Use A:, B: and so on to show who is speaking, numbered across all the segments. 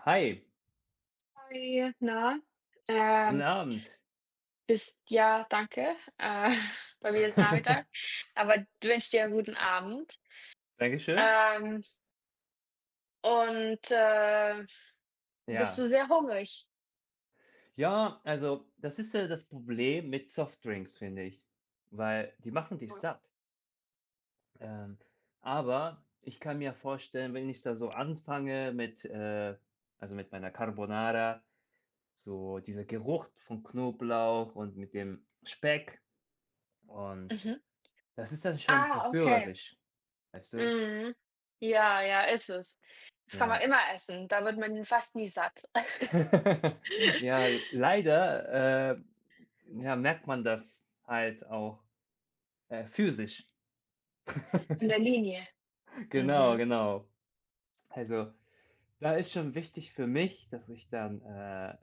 A: Hi,
B: Hi, na?
A: guten
B: Ähm,
A: Abend.
B: bist ja, danke. Bei mir ist Nachmittag, aber du wünsche dir 'n guten Abend.
A: Dankeschön.
B: Ähm, und, äh, Bist
A: Ja.
B: du sehr hungrig?
A: Ja, also, das ist ja das Problem mit Softdrinks, finde ich, weil die machen dich
B: Mhm.
A: satt. Ähm, aber ich kann mir vorstellen, wenn ich da so anfange mit also, mit meiner Carbonara, so dieser Geruch von Knoblauch und mit dem Speck und
B: Mhm.
A: das ist dann schon
B: Ah, okay.
A: verführerisch, weißt du?
B: Mhm. Ja, ja, ist es. Das kann man
A: Ja.
B: immer essen. Da wird man fast nie satt.
A: Ja, leider, ja, merkt man das halt auch, physisch.
B: An der Linie.
A: Genau,
B: Mhm.
A: genau. Also, da ist schon wichtig für mich, dass ich dann,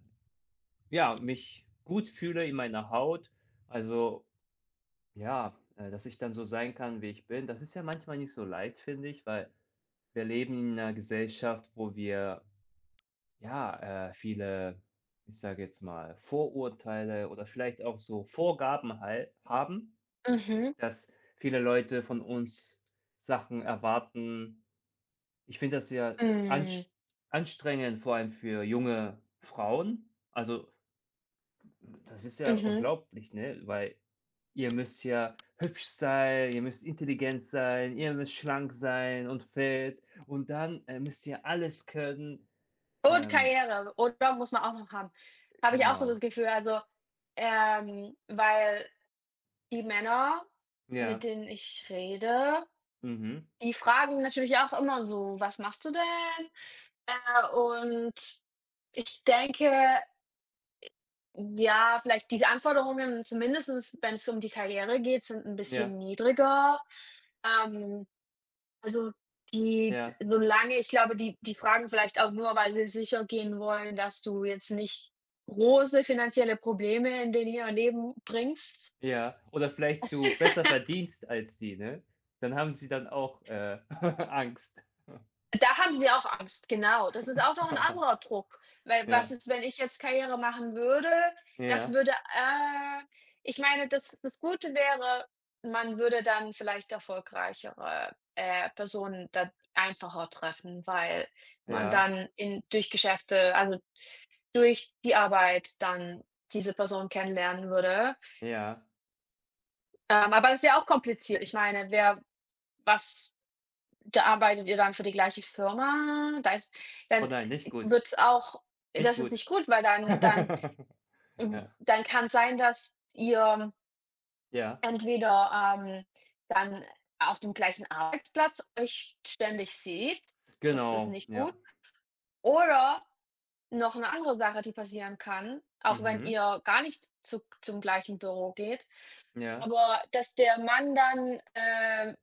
A: ja, mich gut fühle in meiner Haut. Also, ja, dass ich dann so sein kann, wie ich bin. Das ist ja manchmal nicht so leicht, finde ich, weil wir leben in einer Gesellschaft, wo wir, ja, viele, ich sage jetzt mal, Vorurteile oder vielleicht auch so Vorgaben halt haben,
B: Mhm.
A: dass viele Leute von uns Sachen erwarten. Ich finde das sehr
B: Mhm.
A: anstrengend, vor allem für junge Frauen. Also, das ist ja
B: Mhm.
A: unglaublich, ne? Weil ihr müsst ja hübsch sein, ihr müsst intelligent sein, ihr müsst schlank sein und fit und dann, müsst ihr alles können.
B: Und
A: Ähm,
B: Karriere, oder? Muss man auch noch haben. Habe ich auch so
A: genau.
B: das Gefühl, also, weil die Männer, mit
A: Ja,
B: denen ich rede,
A: mhm.
B: die fragen natürlich auch immer so: „Was machst du denn?“ und ich denke Ja, vielleicht die Anforderungen, zumindestens es um die Karriere geht, sind ein
A: Ja,
B: bisschen niedriger. Ähm, also, Die
A: ja.
B: solange ich glaube, die fragen vielleicht auch nur, weil sie sicher gehen wollen, dass du jetzt nicht große finanzielle Probleme in den ihr Leben bringst.
A: Ja, oder vielleicht du besser verdienst als die, ne? Dann haben sie dann auch, Angst.
B: Da haben sie auch Angst, genau. Das ist auch noch 'n anderer Druck, weil was
A: Ja,
B: ist, wenn ich jetzt Karriere machen würde? Das
A: ja,
B: würde, ich meine, das Gute wäre, man würde dann vielleicht erfolgreichere, Personen dann einfacher treffen, weil man
A: ja,
B: dann in durch Geschäfte also, durch die Arbeit dann diese Person kennenlernen würde.
A: ja.
B: Aber das ist ja auch kompliziert. Ich meine, wer was Da arbeitet ihr dann für die gleiche Firma? Da ist
A: Oh
B: dann
A: nein, nicht gut,
B: wird's auch
A: nicht
B: das ist
A: gut.
B: nicht gut, weil dann hm,
A: Ja,
B: dann kann sein, dass ihr
A: ja,
B: entweder, dann auf dem gleichen Arbeitsplatz euch ständig seht, das ist
A: genau,
B: nicht gut,
A: ja.
B: oder noch eine andere Sache, die passieren kann, auch wenn
A: Mhm.
B: ihr gar nicht zu zum gleichen Büro geht,
A: Ja,
B: aber dass der Mann dann,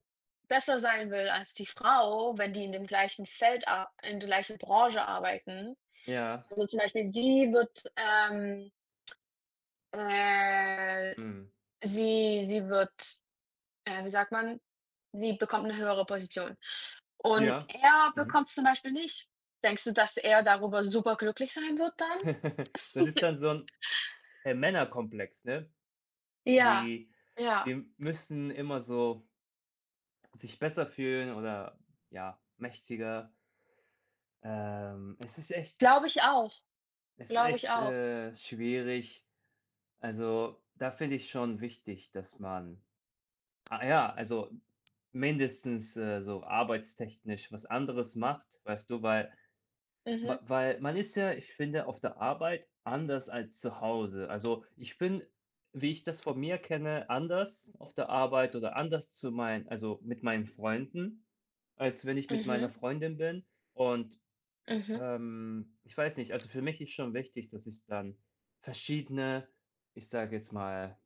B: besser sein will als die Frau, wenn die in dem gleichen Feld ar in der gleichen Branche arbeiten.
A: ja,
B: Also, zum Beispiel, sie wird, äh
A: mhm.
B: sie wird, wie sagt man sie bekommt eine höhere Position. Und
A: Ja,
B: er
A: mhm.
B: bekommt's zum Beispiel nicht. Denkst du, dass er darüber super glücklich sein wird dann?
A: Das ist dann so ein Männerkomplex, ne?
B: Ja,
A: Die
B: ja,
A: die müssen immer so sich besser fühlen oder, ja, mächtiger. Ähm, es ist
B: glaube
A: echt
B: ich auch,
A: es ist
B: glaube ich
A: echt,
B: auch.
A: schwierig. Also, da finde ich schon wichtig, dass man ja, also, mindestens, so arbeitstechnisch was anderes macht, weißt du? Weil
B: Mhm,
A: ma weil man ist ja, ich finde, auf der Arbeit anders als zu Hause. Also, ich bin, wie ich das von mir kenne, anders auf der Arbeit oder anders zu meinen also, mit meinen Freunden, als wenn ich mit meiner
B: mhm,
A: Freundin bin. Und
B: mhm.
A: Ich weiß nicht, also für mich ist schon wichtig, dass ich dann verschiedene, ich sage jetzt mal,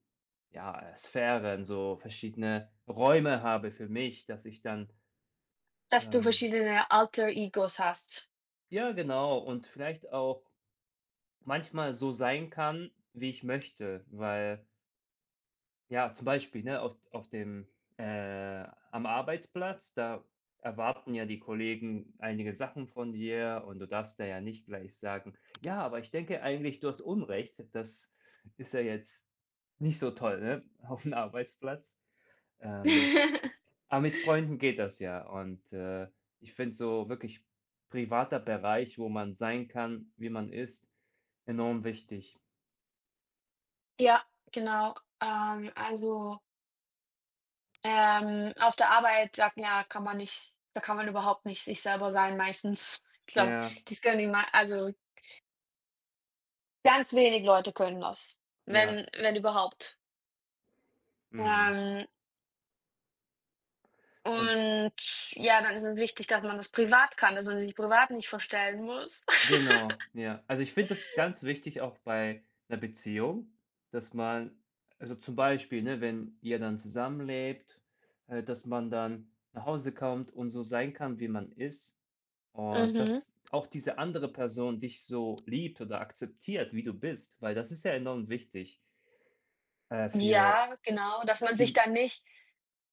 A: ja, Sphären, so verschiedene Räume habe für mich, dass ich dann,
B: Dass du
A: ähm
B: verschiedene Alter Egos hast.
A: ja, genau, und vielleicht auch manchmal so sein kann, wie ich möchte, weil ja, zum Beispiel, ne, auf dem äh, am Arbeitsplatz, da erwarten ja die Kollegen einige Sachen von dir und du darfst da ja nicht gleich sagen: „Ja, aber ich denke eigentlich, du hast Unrecht." Das ist ja jetzt nicht so toll, ne, auf dem Arbeitsplatz. Ähm, aber mit Freunden geht das ja und, ich finde so wirklich privater Bereich, wo man sein kann, wie man ist, enorm wichtig.
B: Ja, genau. Ähm, also, auf der Arbeit sagt man ja, kann man nicht da kann man überhaupt nicht sich selber sein meistens. Ich glaube,
A: Ja.
B: das können die mei also, ganz wenig
A: Mhm.
B: Leute können das,
A: Ja.
B: wenn überhaupt.
A: Mhm.
B: Ähm,
A: Und
B: und ja, dann ist es wichtig, dass man das privat kann, dass man sich privat nicht verstellen muss.
A: genau, ja. Also, ich finde das ganz wichtig auch bei einer Beziehung, dass man also, zum Beispiel, ne, wenn ihr dann zusammenlebt, dass man dann nach Hause kommt und so sein kann, wie man ist und
B: Mhm.
A: dass auch diese andere Person dich so liebt oder akzeptiert, wie du bist, weil das ist ja enorm wichtig, für
B: Ja, genau, dass man sich
A: die
B: dann nicht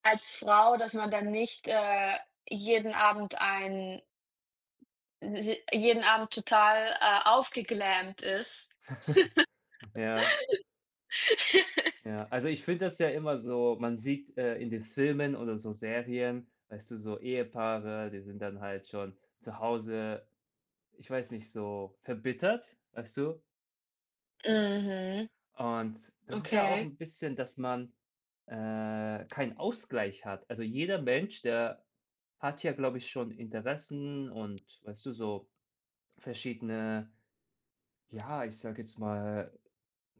B: als Frau, dass man dann nicht, jeden Abend ein si jeden Abend total, aufgeglammt ist.
A: ja. Ja, also ich finde das ja immer so, man sieht, in den Filmen oder so Serien, weißt du, so Ehepaare, die sind dann halt schon zu Hause, ich weiß nicht, so verbittert, weißt du?
B: Mhm,
A: Und das ist ja auch
B: okay.
A: ein bisschen, dass man, keinen Ausgleich hat. Also jeder Mensch, der hat ja, glaube ich, schon Interessen und, weißt du, so verschiedene, ja, ich sage jetzt mal,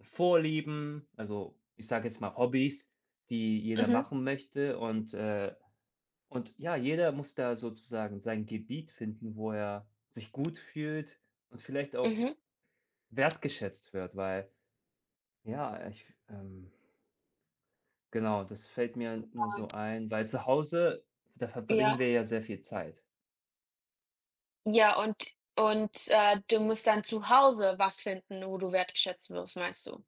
A: Vorlieben, also ich sage jetzt mal Hobbys, die jeder
B: Mhm,
A: machen möchte und ja, jeder muss da sozusagen sein Gebiet finden, wo er sich gut fühlt und vielleicht auch
B: mhm.
A: wertgeschätzt wird, weil ja, ich genau, das fällt mir nur so ein, weil zu Hause, da verbringen
B: Ja,
A: wir ja sehr viel Zeit.
B: ja, und, du musst dann zu Hause was finden, wo du wertgeschätzt wirst, meinst du?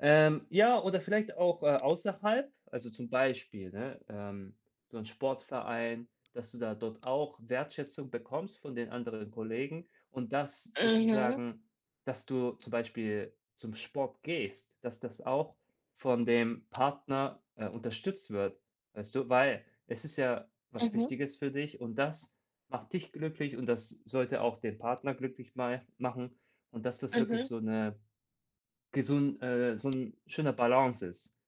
A: Ja, oder vielleicht auch, außerhalb, also zum Beispiel, ne, so ein Sportverein, dass du da dort auch Wertschätzung bekommst von den anderen Kollegen und das
B: Mhm,
A: sozusagen dass du zum Beispiel zum Sport gehst, dass das auch von dem Partner, unterstützt wird, weißt du? Weil es ist ja was
B: mhm,
A: Wichtiges für dich und das macht dich glücklich und das sollte auch den Partner glücklich mei machen und dass das wirklich
B: mhm.
A: so eine Gesund so ein schöner Balance ist,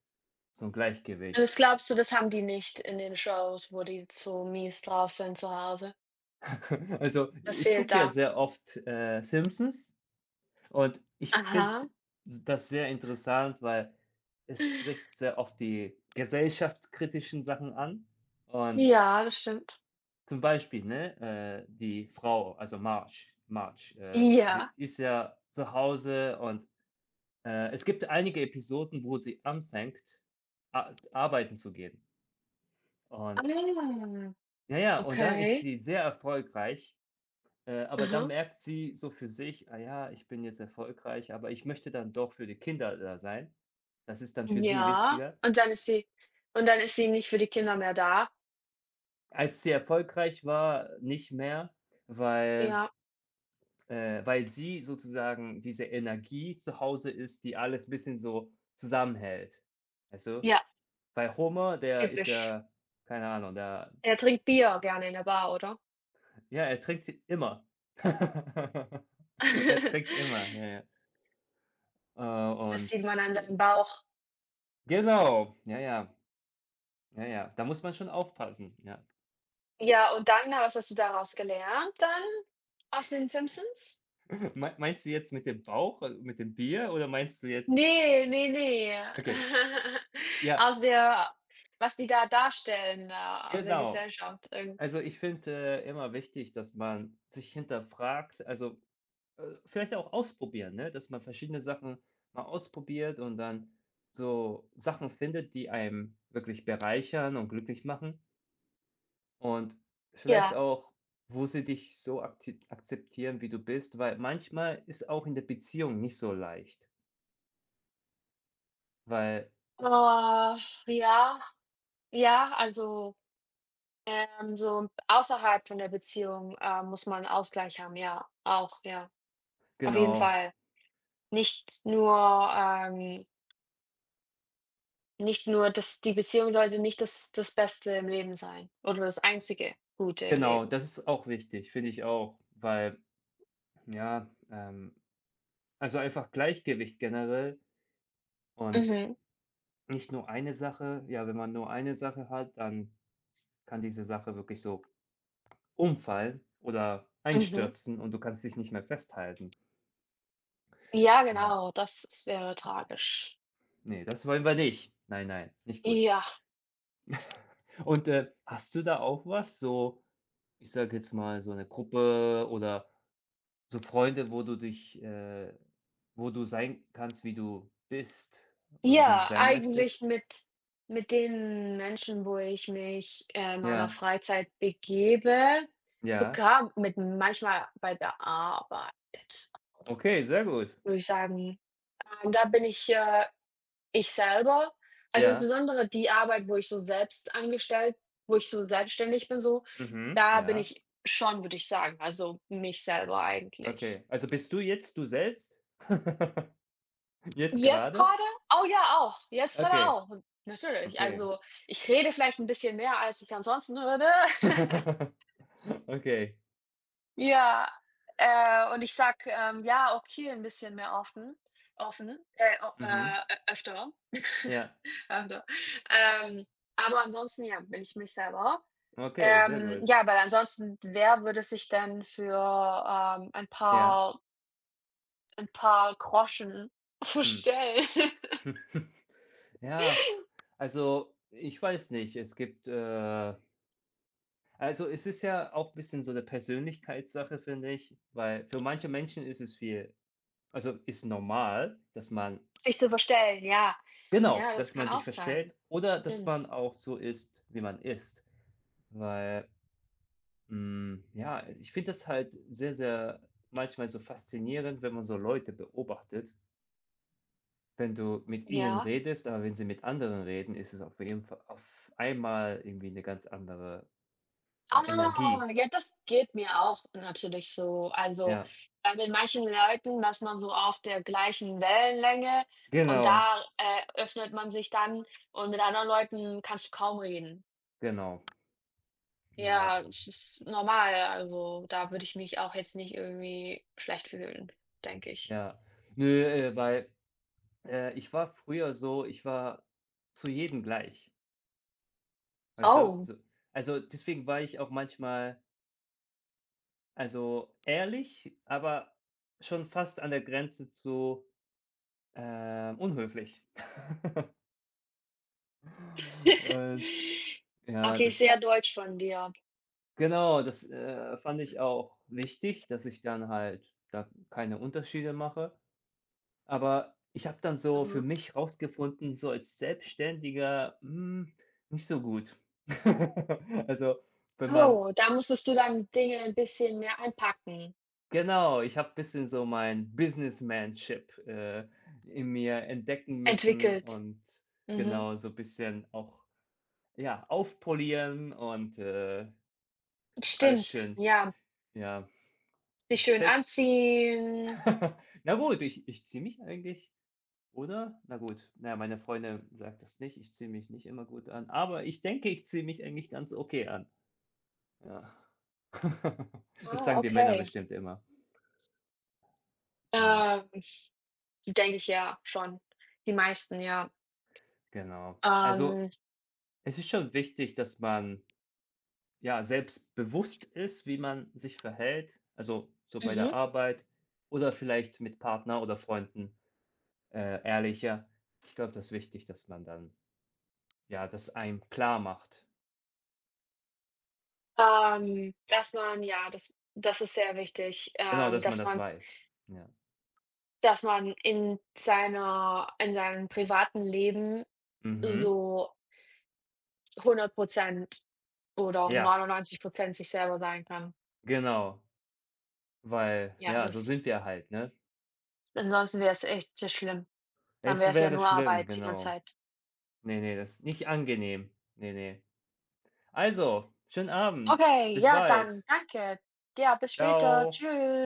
A: so ein
B: Und das
A: Gleichgewicht.
B: glaubst du, das haben die nicht in den Shows, wo die so mies drauf sind zu Hause?
A: Also,
B: Das
A: ich
B: fehlt
A: gucke ja
B: da.
A: sehr oft, Simpsons und ich finde
B: Aha.
A: das sehr interessant, weil es spricht sehr oft die gesellschaftskritischen Sachen an. Und
B: Ja, das stimmt.
A: zum Beispiel, ne, die Frau, also Marge Marge,
B: Ja.
A: sie ist ja zu Hause und, es gibt einige Episoden, wo sie anfängt, a arbeiten zu gehen. Und
B: Ah,
A: Ja, ja, und dann ist
B: okay.
A: sie sehr erfolgreich, aber dann
B: Aha.
A: merkt sie so für sich: „Ah ja, ich bin jetzt erfolgreich, aber ich möchte dann doch für die Kinder da sein." Das ist dann für sie
B: Ja,
A: wichtiger.
B: und dann ist sie und dann ist sie nicht für die Kinder mehr da.
A: Als sie erfolgreich war, nicht mehr, weil
B: Ja,
A: weil sie sozusagen diese Energie zu Hause ist, die alles ein bisschen so zusammenhält. Also
B: ja,
A: weil Homer, der ist
B: typisch.
A: ja keine Ahnung, der,
B: Er trinkt Bier gerne in der Bar, oder?
A: ja, er trinkt immer. Er trinkt immer, ja, ja. Äh,
B: Das sieht
A: und
B: man an seinem Bauch.
A: genau, ja, ja, ja, ja, da muss man schon aufpassen, ja.
B: Ja, und dann, was hast du daraus gelernt dann aus den Simpsons?
A: Meinst du jetzt mit dem Bauch, also mit dem Bier oder meinst du jetzt?
B: Ne, ne, ne.
A: Okay, ja,
B: Aus der was die da darstellen, da aus der
A: genau.
B: Gesellschaft irgend
A: Also, ich finde, immer wichtig, dass man sich hinterfragt, also, vielleicht auch ausprobieren, ne, dass man verschiedene Sachen mal ausprobiert und dann so Sachen findet, die einem wirklich bereichern und glücklich machen. Und vielleicht
B: ja.
A: auch, wo sie dich so akti akzeptieren, wie du bist, weil manchmal ist auch in der Beziehung nicht so leicht, weil
B: Oh, ja, ja, also so außerhalb von der Beziehung, muss man 'n Ausgleich haben, ja, auch, ja, auf jeden
A: genau,
B: Fall. Nicht nur ähm, nicht nur dass die Beziehung sollte nicht das Beste im Leben sein oder das einzige Gute im
A: genau,
B: Leben.
A: das ist auch wichtig, finde ich auch, weil ja, also einfach Gleichgewicht generell und
B: Mhm,
A: nicht nur eine Sache. Ja, wenn man nur eine Sache hat, dann kann diese Sache wirklich so umfallen oder
B: mhm.
A: einstürzen und du kannst dich nicht mehr festhalten.
B: Ja,
A: Ja,
B: genau, das s wäre tragisch.
A: nee, das wollen wir nicht. Nein, nein, nicht gut.
B: Ja,
A: Und, hast du da auch was, so, ich sage jetzt mal, so eine Gruppe oder so Freunde, wo du dich wo du sein kannst, wie du bist und wie du
B: ja,
A: sein
B: eigentlich
A: möchtest?
B: mit den Menschen, wo ich mich, in meiner
A: Ja,
B: Freizeit begebe,
A: ja.
B: sogar mit manchmal bei der Arbeit.
A: Okay, sehr gut.
B: Würde ich sagen. Da bin ich, ich selber. Also,
A: Ja.
B: insbesondere die Arbeit, wo ich so selbst angestellt wo ich so selbstständig bin so,
A: Mhm.
B: da bin
A: Ja.
B: ich schon, würde ich sagen, also mich selber eigentlich.
A: Okay. Also, bist du jetzt du selbst? Jetzt
B: Jetzt
A: gerade?
B: gerade oh ja, auch. Jetzt gerade
A: Okay,
B: auch. Natürlich.
A: okay.
B: Also, ich rede vielleicht ein bisschen mehr, als ich ansonsten würde.
A: Okay.
B: Ja, und ich sage, ja, okay, 'n bisschen mehr offen offen, o
A: Mhm.
B: ö öfter.
A: Ja.
B: Öfter. Ähm, aber ansonsten, ja, bin ich mich selber.
A: Okay, sehr gut.
B: Ja, weil ansonsten, wer würde sich denn für, ähm, ein
A: Ja.
B: paar ein paar Groschen
A: Mhm.
B: verstellen?
A: Ja, pf, also, ich weiß nicht. Es gibt, also, es ist ja auch ein bisschen so eine Persönlichkeitssache, finde ich, weil für manche Menschen ist es viel also, ist normal, dass man
B: Sich zu verstellen, ja.
A: genau,
B: Ja, das
A: dass
B: kann
A: man sich
B: auch sein.
A: verstellt oder dass
B: Stimmt.
A: man auch so ist, wie man ist. Weil, ja, ich finde das halt sehr, sehr manchmal so faszinierend, wenn man so Leute beobachtet. Wenn du mit ihnen
B: Ja.
A: redest, aber wenn sie mit anderen reden, ist es auf jeden Fall auf einmal irgendwie eine ganz andere, ja,
B: Ah,
A: Energie.
B: ja, das geht mir auch natürlich so. Also,
A: Ja,
B: mit manchen Leuten dass man so auf der gleichen Wellenlänge und
A: genau,
B: da, öffnet man sich dann und mit anderen Leuten kannst du kaum reden.
A: genau. Ja,
B: Ja, es ist normal. Also, da würde ich mich auch jetzt nicht irgendwie schlecht fühlen, denke ich.
A: ja. Nö, weil, ich war früher so ich war zu jedem gleich, weißt du?
B: Oh.
A: So also, deswegen war ich auch manchmal, also, ehrlich, aber schon fast an der Grenze zu, unhöflich. Und ja,
B: Okay,
A: das
B: sehr deutsch von dir.
A: genau, das, fand ich auch wichtig, dass ich dann halt da keine Unterschiede mache. Aber ich habe dann so für
B: Mhm.
A: mich rausgefunden, so als Selbstständiger, nicht so gut. Also, wenn man
B: Oh, da musstest du dann Dinge ein bisschen mehr einpacken.
A: genau, ich habe ein bisschen so mein Businessmanship, in mir entdecken müssen
B: Entwickelt.
A: und
B: Mhm.
A: genau so ein bisschen auch, ja, aufpolieren und, alles
B: Stimmt,
A: schön,
B: ja.
A: ja.
B: Sich
A: Es
B: schön
A: fällt
B: anziehen.
A: Na gut, ich ziehe mich eigentlich. Oder? Na gut, na ja, meine Freundin sagt das nicht. Ich ziehe mich nicht immer gut an, aber ich denke, ich ziehe mich eigentlich ganz okay an. Ja. Das
B: Ah,
A: sagen die Männer
B: okay.
A: bestimmt immer. Ja,
B: Ähm, denke ich, ja, schon. Die meisten, ja.
A: genau. Also,
B: Ähm,
A: es ist schon wichtig, dass man, ja, selbstbewusst ist, wie man sich verhält, also, so bei der
B: mhm.
A: Arbeit oder vielleicht mit Partner oder Freunden, ehrlicher. Ich glaube, das ist wichtig, dass man dann ja, das einem klar macht.
B: Dass man ja, das ist sehr wichtig,
A: Genau, dass man das weiß. Ja.
B: dass man in seiner in seinem privaten Leben
A: Mhm.
B: so 100% oder auch
A: Ja.
B: 99% sich selber sein kann.
A: Genau, weil
B: Ja,
A: ja, so
B: das
A: sind wir halt, ne?
B: ansonsten wäre es echt sehr schlimm. Dann wäre
A: Es
B: es ja
A: wäre
B: nur
A: schlimm,
B: Arbeit die ganze
A: genau.
B: Zeit.
A: Ne, ne, das ist nicht angenehm. Ne, ne. Also, schönen Abend.
B: Okay,
A: Bis
B: ja dann,
A: bald.
B: danke. Ja, bis später.
A: Ciao.
B: Tschüss.